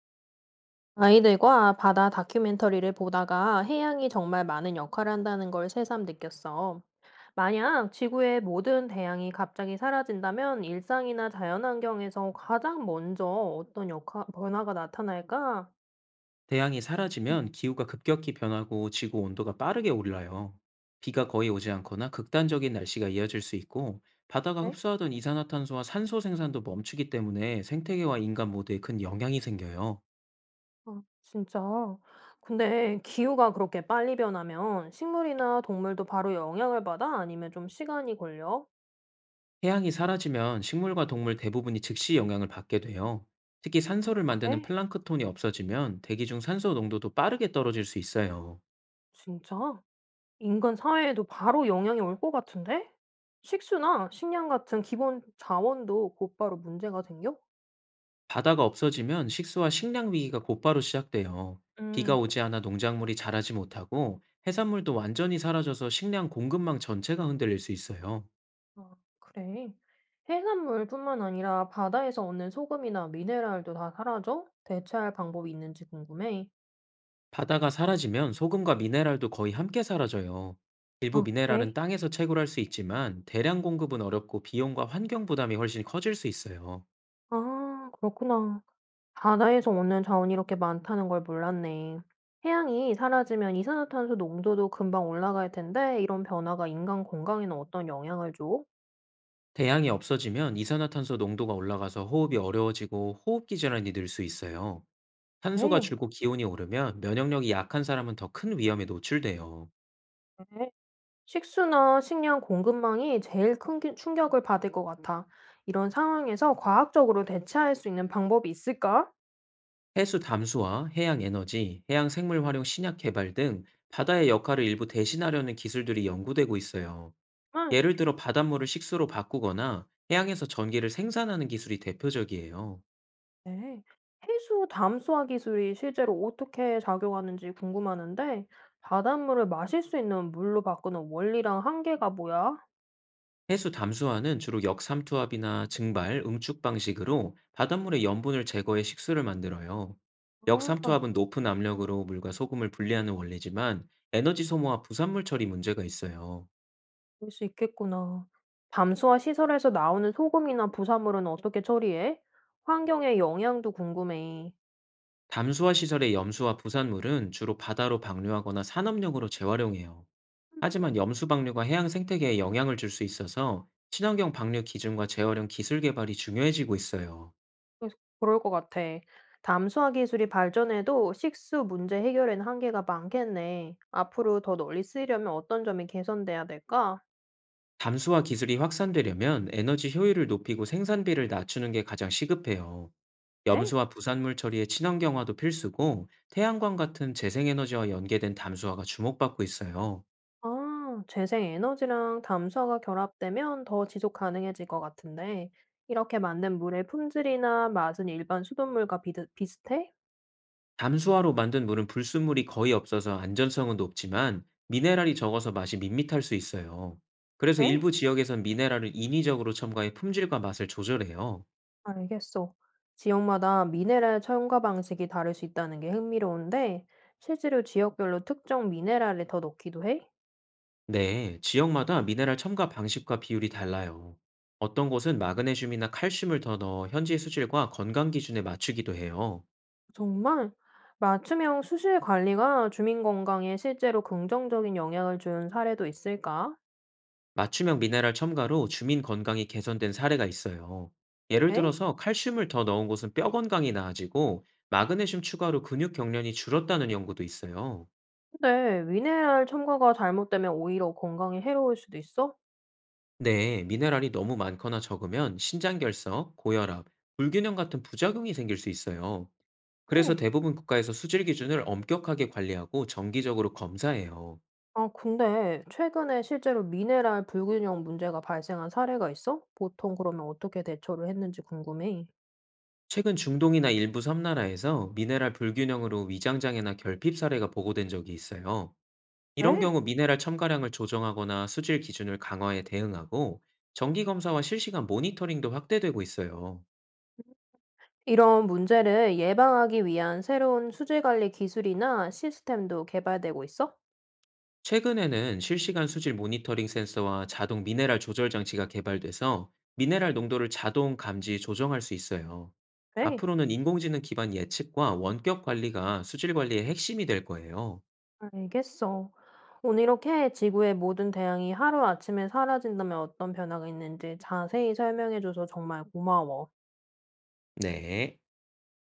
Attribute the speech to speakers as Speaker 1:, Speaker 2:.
Speaker 1: 아이들과 바다 다큐멘터리를 보다가 해양이 정말 많은 역할을 한다는 걸 새삼 느꼈어. 만약 지구의 모든 대양이 갑자기 사라진다면 일상이나 자연환경에서 가장 먼저 어떤 역할, 변화가 나타날까?
Speaker 2: 대양이 사라지면 기후가 급격히 변하고 지구 온도가 빠르게 올라요. 비가 거의 오지 않거나 극단적인 날씨가 이어질 수 있고, 바다가
Speaker 1: 에?
Speaker 2: 흡수하던 이산화탄소와 산소 생산도 멈추기 때문에 생태계와 인간 모두에 큰 영향이 생겨요.
Speaker 1: 아, 진짜. 근데 기후가 그렇게 빨리 변하면 식물이나 동물도 바로 영향을 받아? 아니면 좀 시간이 걸려?
Speaker 2: 해양이 사라지면 식물과 동물 대부분이 즉시 영향을 받게 돼요. 특히 산소를 만드는
Speaker 1: 그래?
Speaker 2: 플랑크톤이 없어지면 대기 중 산소 농도도 빠르게 떨어질 수 있어요.
Speaker 1: 진짜? 인간 사회에도 바로 영향이 올 것 같은데? 식수나 식량 같은 기본 자원도 곧바로 문제가 생겨?
Speaker 2: 바다가 없어지면 식수와 식량 위기가 곧바로 시작돼요. 비가
Speaker 1: 음,
Speaker 2: 오지 않아 농작물이 자라지 못하고, 해산물도 완전히 사라져서 식량 공급망 전체가 흔들릴 수 있어요.
Speaker 1: 아, 그래. 해산물뿐만 아니라 바다에서 얻는 소금이나 미네랄도 다 사라져? 대체할 방법이 있는지 궁금해.
Speaker 2: 바다가 사라지면 소금과 미네랄도 거의 함께 사라져요. 일부
Speaker 1: 아, 그래?
Speaker 2: 미네랄은 땅에서 채굴할 수 있지만, 대량 공급은 어렵고 비용과 환경 부담이 훨씬 커질 수 있어요.
Speaker 1: 아, 그렇구나. 바다에서 얻는 자원이 이렇게 많다는 걸 몰랐네. 해양이 사라지면 이산화탄소 농도도 금방 올라갈 텐데, 이런 변화가 인간 건강에는 어떤 영향을 줘?
Speaker 2: 대양이 없어지면 이산화탄소 농도가 올라가서 호흡이 어려워지고 호흡기 질환이 늘 수 있어요. 탄소가
Speaker 1: 네.
Speaker 2: 줄고 기온이 오르면 면역력이 약한 사람은 더 큰 위험에 노출돼요.
Speaker 1: 네. 식수나 식량 공급망이 제일 큰 충격을 받을 것 같아. 이런 상황에서 과학적으로 대체할 수 있는 방법이 있을까?
Speaker 2: 해수 담수화, 해양 에너지, 해양 생물 활용 신약 개발 등 바다의 역할을 일부 대신하려는 기술들이 연구되고 있어요.
Speaker 1: 응.
Speaker 2: 예를 들어 바닷물을 식수로 바꾸거나 해양에서 전기를 생산하는 기술이 대표적이에요.
Speaker 1: 네. 해수 담수화 기술이 실제로 어떻게 작용하는지 궁금하는데, 바닷물을 마실 수 있는 물로 바꾸는 원리랑 한계가 뭐야?
Speaker 2: 해수 담수화는 주로 역삼투압이나 증발, 응축 방식으로 바닷물의 염분을 제거해 식수를 만들어요.
Speaker 1: 아,
Speaker 2: 역삼투압은 높은 압력으로 물과 소금을 분리하는 원리지만, 에너지 소모와 부산물 처리 문제가 있어요.
Speaker 1: 그럴 수 있겠구나. 담수화 시설에서 나오는 소금이나 부산물은 어떻게 처리해? 환경에 영향도 궁금해.
Speaker 2: 담수화 시설의 염수와 부산물은 주로 바다로 방류하거나 산업용으로 재활용해요. 하지만 염수 방류가 해양 생태계에 영향을 줄 수 있어서, 친환경 방류 기준과 재활용 기술 개발이 중요해지고 있어요.
Speaker 1: 그래서 그럴 것 같아. 담수화 기술이 발전해도 식수 문제 해결에는 한계가 많겠네. 앞으로 더 널리 쓰이려면 어떤 점이 개선돼야 될까?
Speaker 2: 담수화 기술이 확산되려면 에너지 효율을 높이고 생산비를 낮추는 게 가장 시급해요.
Speaker 1: 에?
Speaker 2: 염수와 부산물 처리의 친환경화도 필수고, 태양광 같은 재생에너지와 연계된 담수화가 주목받고 있어요.
Speaker 1: 아, 재생에너지랑 담수화가 결합되면 더 지속 가능해질 것 같은데, 이렇게 만든 물의 품질이나 맛은 일반 수돗물과 비 비슷해?
Speaker 2: 담수화로 만든 물은 불순물이 거의 없어서 안전성은 높지만, 미네랄이 적어서 맛이 밋밋할 수 있어요. 그래서
Speaker 1: 에?
Speaker 2: 일부 지역에선 미네랄을 인위적으로 첨가해 품질과 맛을 조절해요.
Speaker 1: 알겠어. 지역마다 미네랄 첨가 방식이 다를 수 있다는 게 흥미로운데, 실제로 지역별로 특정 미네랄을 더 넣기도 해?
Speaker 2: 네, 지역마다 미네랄 첨가 방식과 비율이 달라요. 어떤 곳은 마그네슘이나 칼슘을 더 넣어 현지의 수질과 건강 기준에 맞추기도 해요.
Speaker 1: 정말? 맞춤형 수질 관리가 주민 건강에 실제로 긍정적인 영향을 준 사례도 있을까?
Speaker 2: 맞춤형 미네랄 첨가로 주민 건강이 개선된 사례가 있어요. 예를
Speaker 1: 에?
Speaker 2: 들어서 칼슘을 더 넣은 곳은 뼈 건강이 나아지고, 마그네슘 추가로 근육 경련이 줄었다는 연구도 있어요.
Speaker 1: 근데 미네랄 첨가가 잘못되면 오히려 건강에 해로울 수도 있어?
Speaker 2: 네, 미네랄이 너무 많거나 적으면 신장결석, 고혈압, 불균형 같은 부작용이 생길 수 있어요. 그래서
Speaker 1: 에?
Speaker 2: 대부분 국가에서 수질 기준을 엄격하게 관리하고 정기적으로 검사해요.
Speaker 1: 아, 근데 최근에 실제로 미네랄 불균형 문제가 발생한 사례가 있어? 보통 그러면 어떻게 대처를 했는지 궁금해.
Speaker 2: 최근 중동이나 일부 섬나라에서 미네랄 불균형으로 위장장애나 결핍 사례가 보고된 적이 있어요. 이런
Speaker 1: 에?
Speaker 2: 경우 미네랄 첨가량을 조정하거나 수질 기준을 강화해 대응하고, 정기 검사와 실시간 모니터링도 확대되고 있어요.
Speaker 1: 이런 문제를 예방하기 위한 새로운 수질 관리 기술이나 시스템도 개발되고 있어?
Speaker 2: 최근에는 실시간 수질 모니터링 센서와 자동 미네랄 조절 장치가 개발돼서, 미네랄 농도를 자동 감지 조정할 수 있어요.
Speaker 1: 에?
Speaker 2: 앞으로는 인공지능 기반 예측과 원격 관리가 수질 관리의 핵심이 될 거예요.
Speaker 1: 알겠어. 오늘 이렇게 지구의 모든 대양이 하루아침에 사라진다면 어떤 변화가 있는지 자세히 설명해줘서 정말 고마워.
Speaker 2: 네.